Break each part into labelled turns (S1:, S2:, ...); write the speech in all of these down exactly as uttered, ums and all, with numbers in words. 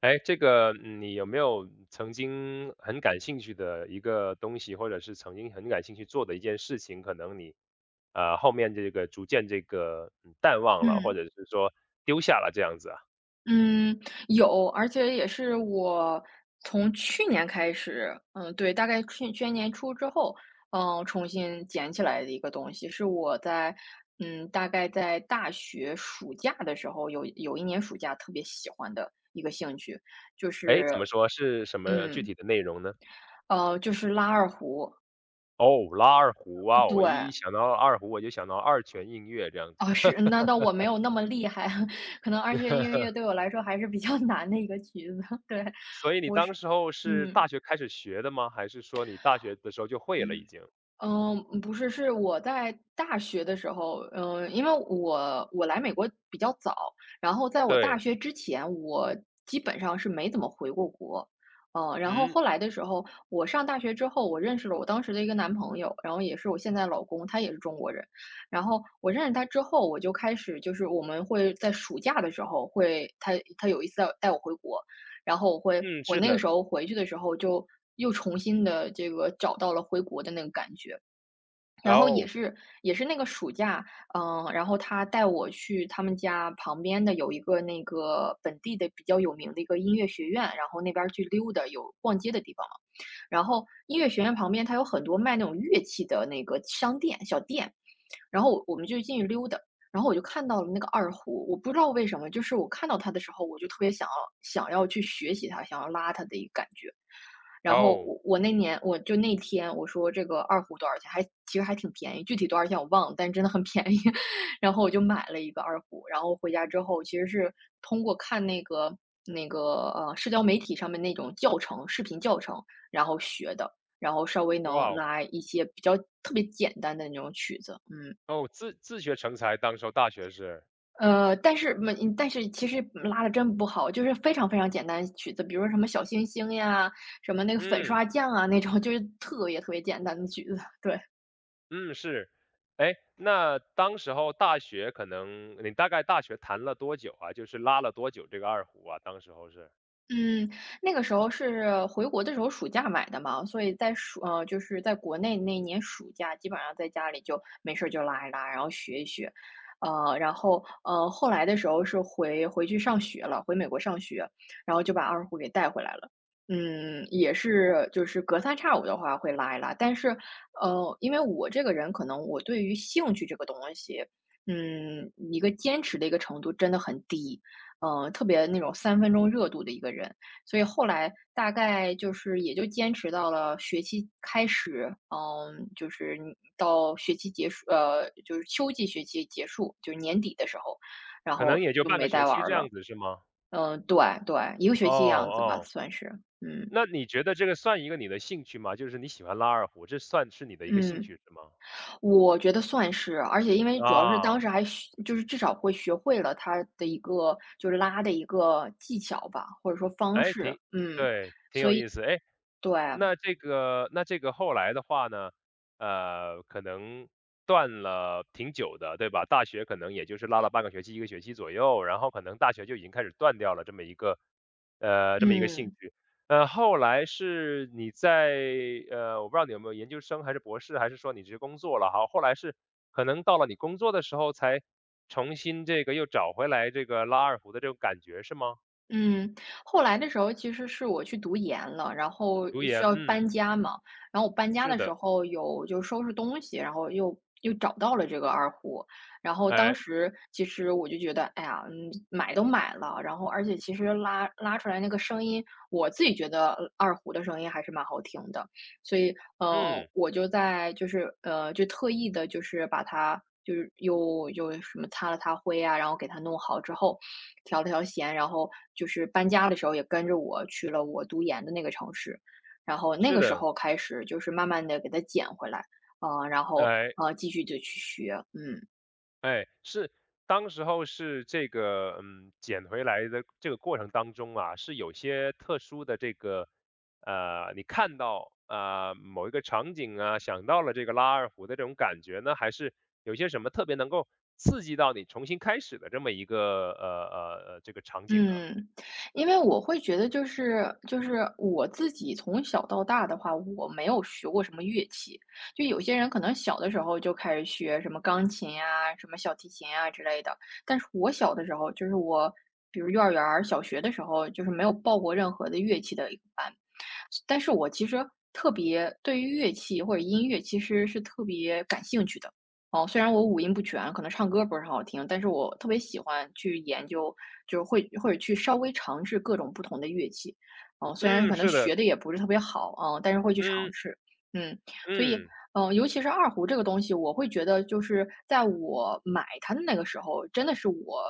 S1: 哎，这个嗯你有没有曾经很感兴趣的一个东西，或者是曾经很感兴趣做的一件事情，可能你呃后面这个逐渐这个嗯淡忘了，或
S2: 嗯
S1: 者是说丢下了这样子啊？
S2: 嗯，有，而且也是我从去年开始，嗯，对，大概去去年年初之后，嗯，重新捡起来的一个东西，是我在嗯，大概在大学暑假的时候，有有一年暑假特别喜欢的一个兴趣，就
S1: 哎，怎
S2: 是
S1: 么说是什么具体
S2: 嗯
S1: 的内容呢？
S2: 呃，就是拉二胡，
S1: 哦，拉二胡啊，我
S2: 对。
S1: 一一想到二胡，我就想到二泉映月这样子。
S2: 啊，是，那倒我没有那么厉害，可能二弦音乐对我来说还是比较 难的一个曲子，对，
S1: 所以你当时候是
S2: 嗯。
S1: 大学开始学的吗？还是说你大学的时候就会了已经？
S2: 嗯，不是，是我在大学的时候，嗯，因为我我来美国比较早，然后在我大
S1: 对，
S2: 学之前，我基本上是没怎么回过国。嗯，然后
S1: 嗯
S2: 后来的时候，我上大学之后，我认识了我当时的一个男朋友，然后也是我现在老公，他也是中国人。然后我认识他之后，我就开始就是我们会在暑假的时候会，他他有一次带带我回国，然后我会，
S1: 嗯，
S2: 我
S1: 是
S2: 那个
S1: 的，
S2: 时候回去的时候就又重新的这个找到了回国的那个感觉。然后也
S1: 哦
S2: 是也是那个暑假，嗯，然后他带我去他们家旁边的有一个那个本地的比较有名的一个音乐学院，然后那边儿去溜达，有逛街的地方嘛。然后音乐学院旁边它有很多卖那种乐器的那个商店，小店。然后我我们就进去溜达，然后我就看到了那个二胡，我不知道为什么，就是我看到它的时候，我就特别想要想要去学习它，想要拉它的一个感觉。然后
S1: 哦，
S2: 我我那年我就那天我说这个二胡多少钱，还其实还挺便宜，具体多少钱我忘了，但是真的很便宜。然后我就买了一个二胡，然后回家之后其实是通过看那个那个呃社交媒体上面那种教程视频教程，然后学的，然后稍微
S1: 哇
S2: 能
S1: 哦。
S2: 拉一些比较特别简单的那种曲子，嗯。
S1: 哦，自自学成才，当时候大学是，
S2: 呃，但是没但是其实拉的真不好，就是非常非常简单的曲子，比如说什么小星星呀，什么那个粉
S1: 嗯，
S2: 刷匠啊那种，就是特别特别简单的曲子，对。
S1: 嗯，是。哎，那当时候大学可能你大概大学谈了多久啊？就是拉了多久这个二胡啊，当时候是？
S2: 嗯，那个时候是回国的时候暑假买的嘛，所以在暑呃，就是在国内那一年暑假，基本上在家里就没事儿就拉一拉，然后学一学。呃，然后呃，后来的时候是回回去上学了，回美国上学，然后就把二胡给带回来了。嗯，也是就是隔三差五的话会拉一拉，但是呃，因为我这个人可能我对于兴趣这个东西，嗯，一个坚持的一个程度真的很低。嗯，特别那种三分钟热度的一个人，所以后来大概就是也就坚持到了学期开始，嗯，就是你到学期结束，呃，就是秋季学期结束，就是年底的时候，然
S1: 可能
S2: 后
S1: 也就
S2: 就
S1: 半个
S2: 没
S1: 学
S2: 再玩
S1: 期
S2: 儿
S1: 这样
S2: 了。
S1: 子是吗？
S2: 嗯，对对，一个
S1: 哦，
S2: 学期样子吧，
S1: 哦，
S2: 算是，嗯
S1: 那你觉得这个算一个你的兴趣吗？就是你喜欢拉二胡，这算是你的一个兴
S2: 嗯。
S1: 趣是吗？
S2: 我觉得算是，而且因为主要是当
S1: 啊，
S2: 时还学就是至少会学会了它的一个就是拉的一个技巧吧，或者说方
S1: 哎
S2: 式，
S1: 挺
S2: 嗯，
S1: 对，挺
S2: 所
S1: 有
S2: 以
S1: 意思。哎。
S2: 对，
S1: 那这个那这个后来的话呢，呃，可能断了挺久的，对吧？大学可能也就是拉了半个学期、一个学期左右，然后可能大学就已经开始断掉了这么一个，呃，这么一个兴
S2: 嗯。
S1: 趣。呃，后来是你在呃，我不知道你有没有研究生还是博士，还是说你直接工作了好，后来是可能到了你工作的时候才重新这个又找回来这个拉二胡的这种感觉是吗？
S2: 嗯，后来的时候其实是我去读研了，然后
S1: 读
S2: 需
S1: 研，
S2: 要
S1: 嗯，
S2: 搬家嘛，然后我搬家
S1: 是
S2: 的时
S1: 的，
S2: 候有就收拾东西，然后又又找到了这个二胡，然后当
S1: 哎，
S2: 时其实我就觉得，哎呀，嗯，买都买了，然后而且其实拉拉出来那个声音，我自己觉得呃二胡的声音还是蛮好听的，所以呃，
S1: 嗯，
S2: 我就在就是呃，就特意的就是把它。就是又又什么擦了擦灰啊，然后给它弄好之后，调了调弦，然后就是搬家的时候也跟着我去了我读研的那个城市，然后那
S1: 是
S2: 个时
S1: 的，
S2: 候开始就是慢慢的给它捡回来，嗯，然后，
S1: 哎。
S2: 呃，继续的去学，嗯。
S1: 哎，是当时候是这个，嗯，捡回来的这个过程当中啊，是有些特殊的这个，呃，你看到啊、呃、某一个场景啊，想到了这个拉二胡的这种感觉呢，还是有些什么特别能够刺激到你重新开始的这么一个呃呃呃这个场景啊？
S2: 嗯，因为我会觉得就是就是我自己从小到大的话，我没有学过什么乐器。就有些人可能小的时候就开始学什么钢琴呀、什么小提琴啊之类的，但是我小的时候，就是我比如幼儿园儿小学的时候，就是没有报过任何的乐器的一个班。但是我其实特别对于乐器或者音乐，其实是特别感兴趣的。哦，虽然我五音不全，可能唱歌不是很好听，但是我特别喜欢去研究，就是会或者去稍微尝试各种不同的乐器。哦，虽然
S1: 嗯，
S2: 可能
S1: 是的，
S2: 学的也不是特别好啊，但是会去尝
S1: 嗯
S2: 试。嗯，所以，
S1: 嗯，
S2: 嗯，尤其是二胡这个东西，我会觉得就是在我买它的那个时候，真的是我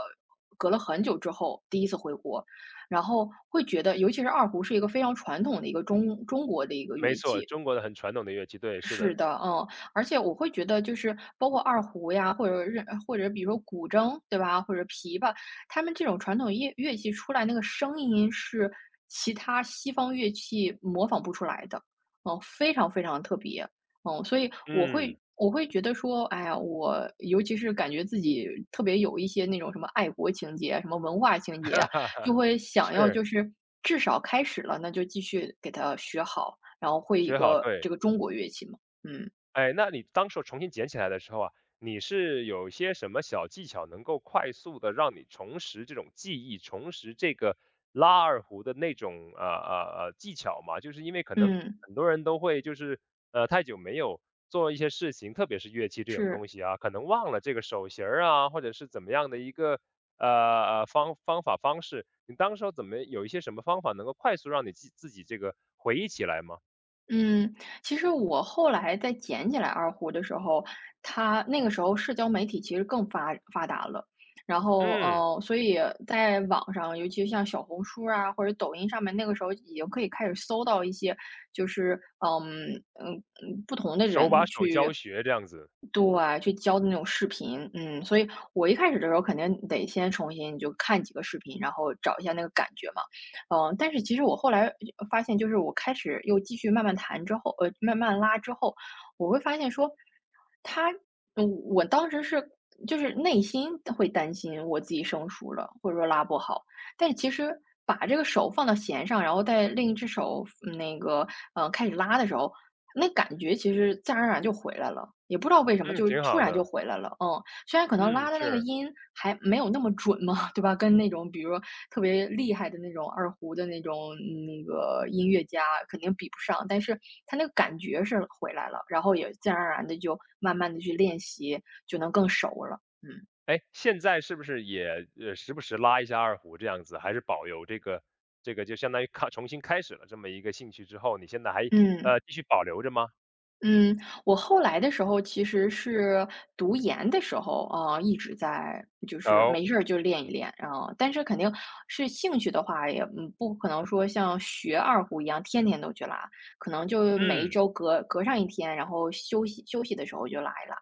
S2: 隔了很久之后第一次回国，然后会觉得，尤其是二胡是一个非常传统的一个中中国的一个
S1: 没
S2: 乐
S1: 错，
S2: 器，
S1: 中国的很传统的乐器，对，是
S2: 是
S1: 的，
S2: 的，嗯，而且我会觉得就是包括二胡呀，或者任或者比如说古筝，对吧？或者琵琶，他们这种传统乐乐器出来那个声音是其他西方乐器模仿不出来的，嗯，非常非常特别，嗯，所以我
S1: 嗯，
S2: 会我会觉得说，哎呀，我尤其是感觉自己特别有一些那种什么爱国情节、什么文化 情
S1: 哈
S2: 节，
S1: 哈
S2: 就
S1: 哈，
S2: 会想要
S1: 是
S2: 就是至少开始了，那就继续给它学好。然后会一
S1: 学好，
S2: 个
S1: 对。
S2: 这个中国乐器嘛。嗯
S1: 哎，那你当时候重新捡起来的时候啊，你是有一些什么小技巧能够快速的让你重拾这种记忆，重拾这个拉二胡的那种呃呃呃技巧吗？就是因为可能
S2: 嗯，
S1: 很多人都会就是呃太久没有做一些事情，特别是乐器这种
S2: 是，
S1: 东西啊，可能忘了这个手型儿啊，或者是怎么样的一个呃呃方方法方式。你当时候怎么有一些什么方法能够快速让你自自己这个回忆起来吗？
S2: 嗯，其实我后来再捡起来二胡的时候，它那个时候社交媒体其实更发发达了，然后
S1: 嗯，
S2: 呃，所以在网上，尤其像小红书啊或者抖音上面，那个时候已经可以开始搜到一些，就是嗯嗯嗯不同的
S1: 手把
S2: 人
S1: 手
S2: 去。
S1: 教学这样子。
S2: 对，去教的那种视频，嗯，所以我一开始的时候肯定得先重新就看几个视频，然后找一下那个感觉嘛。嗯，但是其实我后来发现，就是我开始又继续慢慢弹之后，呃，慢慢拉之后，我会发现说，他，嗯我当时是就是内心会担心我自己生疏了，或者说拉不好，但是其实把这个手放到弦上，然后在另一只手嗯那个嗯开始拉的时候，那感觉其实自然而然就回来了，也不知道为什么，
S1: 嗯，
S2: 就是
S1: 挺
S2: 突
S1: 好
S2: 然就
S1: 的。
S2: 回来了，嗯。虽然可能
S1: 嗯，
S2: 拉的那个
S1: 是。
S2: 音还没有那么准嘛，对吧？跟那种比如说特别厉害的那种二胡的那种嗯那个音乐家肯定比不上，但是他那个感觉是回来了，然后也自然而然的就慢慢的去练习，就能更熟了，嗯。
S1: 哎，现在是不是也呃时不时拉一下二胡这样子？还是保有这个这个就相当于开重新开始了这么一个兴趣之后，你现在还
S2: 嗯。
S1: 呃继续保留着吗？
S2: 嗯，我后来的时候其实是读研的时候，啊，呃一直在就是
S1: 有，
S2: 没事儿就练一练，啊，但是肯定是兴趣的话，也嗯不可能说像学二胡一样天天都去拉，可能就每一
S1: 嗯
S2: 周隔隔上一天，然后休息休息的时候就拉一拉。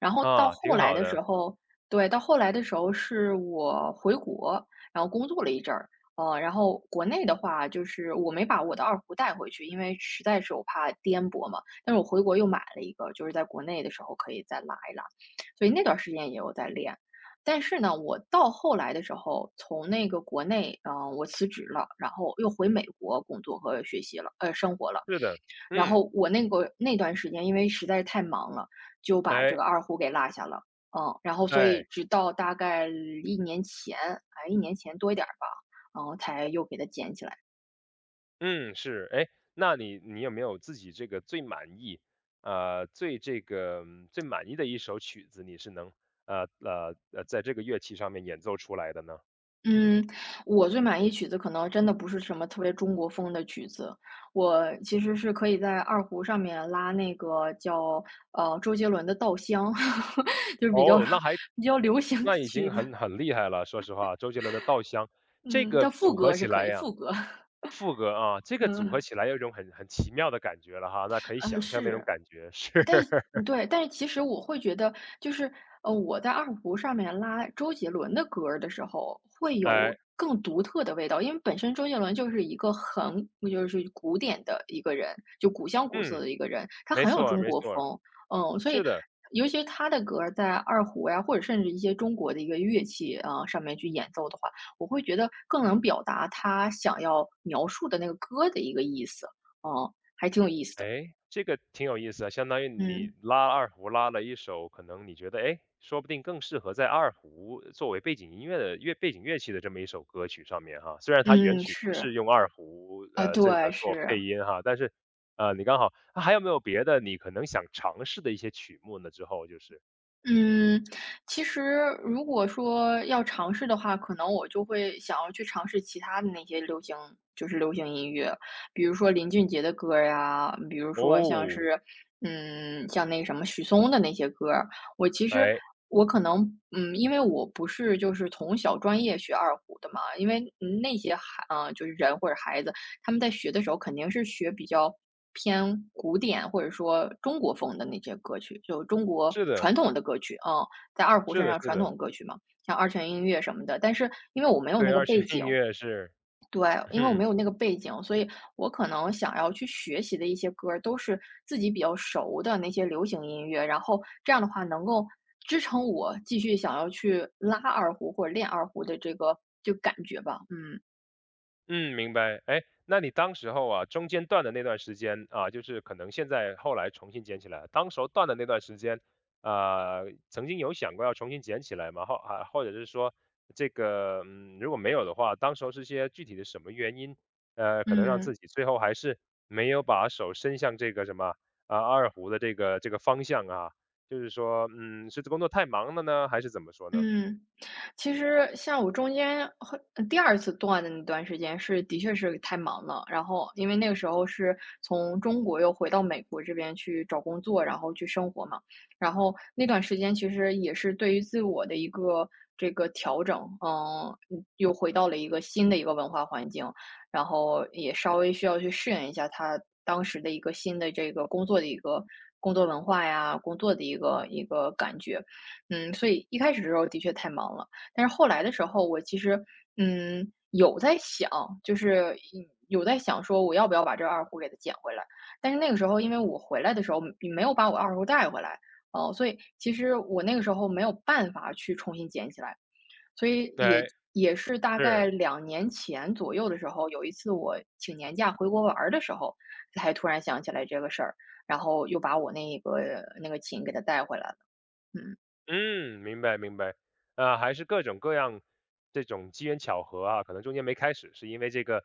S2: 然后到
S1: 啊，
S2: 后
S1: 挺
S2: 来
S1: 好
S2: 的时
S1: 的。
S2: 候对，到后来的时候是我回国，然后工作了一阵儿，呃，然后国内的话，就是我没把我的二胡带回去，因为实在是我怕颠簸嘛。但是我回国又买了一个，就是在国内的时候可以再拉一拉，所以那段时间也有在练。但是呢，我到后来的时候，从那个国内，嗯、我辞职了，然后又回美国工作和学习了，呃，生活了。
S1: 是的，
S2: 然
S1: 嗯，
S2: 后我那个那段时间因为实在是太忙了，就把
S1: 哎
S2: 这个二胡给落下了。嗯，然后所以
S1: 哎，
S2: 直到大概一年前，哎一年前多一点儿吧，然后才又给它捡起来。
S1: 嗯是，哎，那你你有没有自己这个最满意呃最这个嗯最满意的一首曲子，你是能呃呃呃在这个乐器上面演奏出来的呢？
S2: 嗯，我最满意曲子可能真的不是什么特别中国风的曲子，我其实是可以在二胡上面拉那个叫，呃，周杰伦的《稻香》，就是比较
S1: 哦，那还
S2: 比较流行的
S1: 那已
S2: 曲
S1: 经
S2: 子，
S1: 很很厉害了，说实话，周杰伦的《稻香》这
S2: 嗯，
S1: 个
S2: 叫副
S1: 组合
S2: 歌是
S1: 起
S2: 可
S1: 来
S2: 以，
S1: 呀，
S2: 副歌，
S1: 副歌啊，这个组合
S2: 嗯，
S1: 起来有一种很很奇妙的感觉了哈，那可以
S2: 嗯，
S1: 想象那种
S2: 是。
S1: 感觉，是，
S2: 但是 嗯对，但是其实我会觉得，就是呃，我在二胡上面拉周杰伦的歌儿的时候，会
S1: 哎，
S2: 有更独特的味道，因为本身周杰伦就是一个很就是古典的一个人，就古香古色
S1: 嗯，
S2: 的一个人，他
S1: 没
S2: 很有
S1: 错儿
S2: 中
S1: 没
S2: 国
S1: 错儿，
S2: 风，嗯，所以
S1: 是的。
S2: 尤其是他的歌儿在二胡呀，或者甚至一些中国的一个乐器啊，呃上面去演奏的话，我会觉得更能表达他想要描述的那个歌的一个意思，嗯，还挺有意思的，
S1: 哎，这个挺有意思啊，相当于你
S2: 嗯
S1: 拉二胡拉了一首，可能你觉得，哎，说不定更适合在二胡作为背景音乐的乐背景乐器的这么一首歌曲上面哈。虽然它原
S2: 嗯，
S1: 曲不是
S2: 是。
S1: 用二胡，
S2: 啊，
S1: 呃，这
S2: 对，
S1: 个做
S2: 是。
S1: 配音哈，但是，呃，你刚好啊还有没有别的你可能想尝试的一些曲目呢？之后就是，
S2: 嗯，其实如果说要尝试的话，可能我就会想要去尝试其他的那些流行，就是流行音乐，比如说林俊杰的歌儿呀，比如说像
S1: 哦，
S2: 是，嗯，像那个什么许嵩的那些歌儿。我其实
S1: 哎，
S2: 我可能，嗯，因为我不是就是从小专业学二胡的嘛，因为那些孩，啊，就是人或者孩子，他们在学的时候肯定是学比较偏古典或者说中国风的那些歌曲，就中国
S1: 是的，
S2: 传统的歌曲啊，嗯在二胡
S1: 是
S2: 身
S1: 的，
S2: 上
S1: 是
S2: 传
S1: 的，
S2: 统歌曲嘛，像二泉映月什么的。但是因为我没有那
S1: 对，
S2: 个
S1: 二
S2: 背
S1: 泉映
S2: 景，
S1: 月是，
S2: 对，因为我没
S1: 嗯。
S2: 有那个背景，所以我可能想要去学习的一些歌儿都是自己比较熟的那些流行音乐，然后这样的话能够支撑我继续想要去拉二胡或者练二胡的这个就感觉吧，嗯。
S1: 嗯，明白。哎，那你当时候啊，中间断的那段时间啊，就是可能现在后来重新捡起来了当时候断的那段时间，呃，曾经有想过要重新捡起来吗？或啊，或者是说这个，嗯，如果没有的话，当时候是些具体的什么原因，呃，可能让
S2: 嗯。
S1: 自己最后还是没有把手伸向这个什么啊二胡的这个这个方向啊，就是说，嗯，是工作太忙了呢，还是怎么说呢？
S2: 嗯，其实像我中间和呃第二次断的那段时间是的确是太忙了，然后因为那个时候是从中国又回到美国这边去找工作，然后去生活嘛。然后那段时间其实也是对于自我的一个这个调整，嗯，嗯又回到了一个新的一个文化环境，然后也稍微需要去适应一下他当时的一个新的这个工作的一个工作文化呀，工作的一个一个感觉。嗯，所以一开始的时候的确太忙了，但是后来的时候，我其实，嗯，有在想，就是嗯有在想说我要不要把这二胡给它捡回来。但是那个时候，因为我回来的时候并没有把我二胡带回来，哦、所以其实我那个时候没有办法去重新捡起来。所以也
S1: 对，
S2: 也是大概
S1: 是
S2: 两年前左右的时候，有一次我请年假回国玩儿的时候，才突然想起来这个事儿，然后又把我那个那个琴给它带回来了。嗯
S1: 嗯，明白明白，啊，还是各种各样这种机缘巧合啊，可能中间没开始，是因为这个，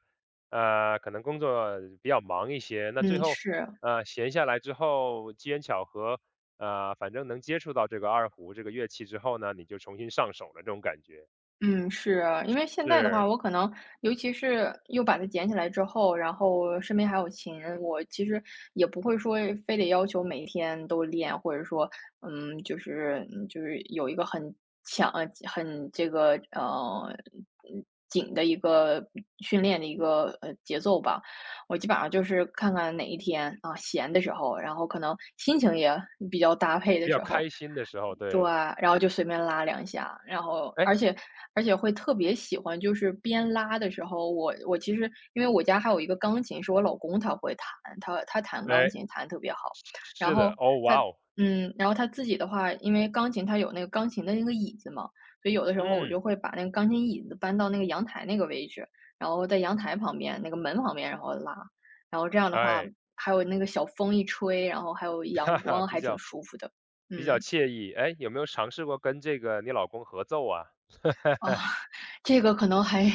S1: 呃，可能工作比较忙一些，那最
S2: 嗯，
S1: 后，
S2: 是。
S1: 呃，闲下来之后，机缘巧合，呃，反正能接触到这个二胡这个乐器之后呢，你就重新上手了，这种感觉
S2: 嗯，是啊，因为现在的
S1: 是
S2: 话，我可能尤其是又把它捡起来之后，然后身边还有琴，我其实也不会说非得要求每天都练，或者说，嗯，就是嗯就是有一个很强、呃很这个呃嗯紧的一个训练的一个呃节奏吧。我基本上就是看看哪一天啊闲的时候，然后可能心情也比较搭配的
S1: 比
S2: 时
S1: 较
S2: 候，
S1: 开心的时候，
S2: 对，
S1: 对，
S2: 然后就随便拉两下，然后
S1: 哎
S2: 而且而且会特别喜欢，就是边拉的时候，我我其实因为我家还有一个钢琴，是我老公他会弹，他他弹钢
S1: 哎，
S2: 琴弹得特别好，
S1: 是
S2: 然
S1: 是的，
S2: 后
S1: 哦
S2: 他
S1: 哇哦，
S2: 嗯，然后他自己的话，因为钢琴他有那个钢琴的那个椅子嘛，所以有的时候我就
S1: 嗯，
S2: 会把那个钢琴椅子搬到那个阳台那个位置，然后在阳台旁边那个门旁边，然后拉，然后这样的话，
S1: 哎，
S2: 还有那个小风一吹，然后还有
S1: 哈
S2: 阳
S1: 哈，
S2: 光，
S1: 比
S2: 还挺
S1: 较
S2: 舒服的，
S1: 比较
S2: 嗯。
S1: 惬意，哎，有没有尝试过跟这个你老公合奏啊？
S2: 啊，这个可能还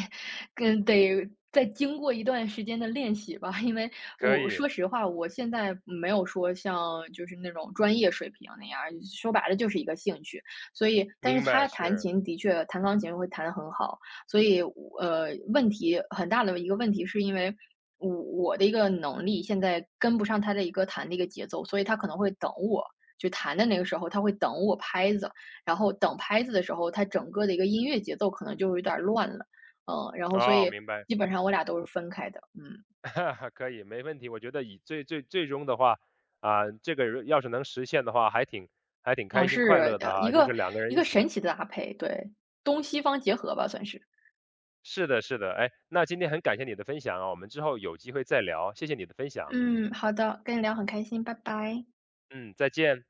S2: 跟得再经过一段时间的练习吧，因为
S1: 可
S2: 我
S1: 以。
S2: 说实话，我现在没有说像就是那种专业水平那样儿说白了就是一个兴趣。所以，但是
S1: 明白，
S2: 他弹
S1: 是。
S2: 琴的确弹钢琴会弹得很好，所以我呃，问题很大的一个问题是因为我我的一个能力现在跟不上他的一个弹的一个节奏，所以他可能会等我，就弹的那个时候他会等我拍子。然后等拍子的时候，它整个的一个音乐节奏可能就有一点儿乱了，嗯，然后所
S1: 哦，
S2: 以
S1: 明白。
S2: 基本上我俩都是分开的，嗯，
S1: 可以，没问题。我觉得以最最最终的话，啊，这个如要是能实现的话，还挺还挺
S2: 哦，
S1: 开心快
S2: 是，
S1: 乐的
S2: 呃，一
S1: 哈，就
S2: 个
S1: 是两个
S2: 一
S1: 人一
S2: 个神
S1: 起。
S2: 奇的搭配，对，东西方结合吧，算是。
S1: 是的，是的。哎，那今天很感谢你的分享啊，我们之后有机会再聊，谢谢你的分享。
S2: 嗯，好的，跟你聊很开心，拜拜。
S1: 嗯，再见。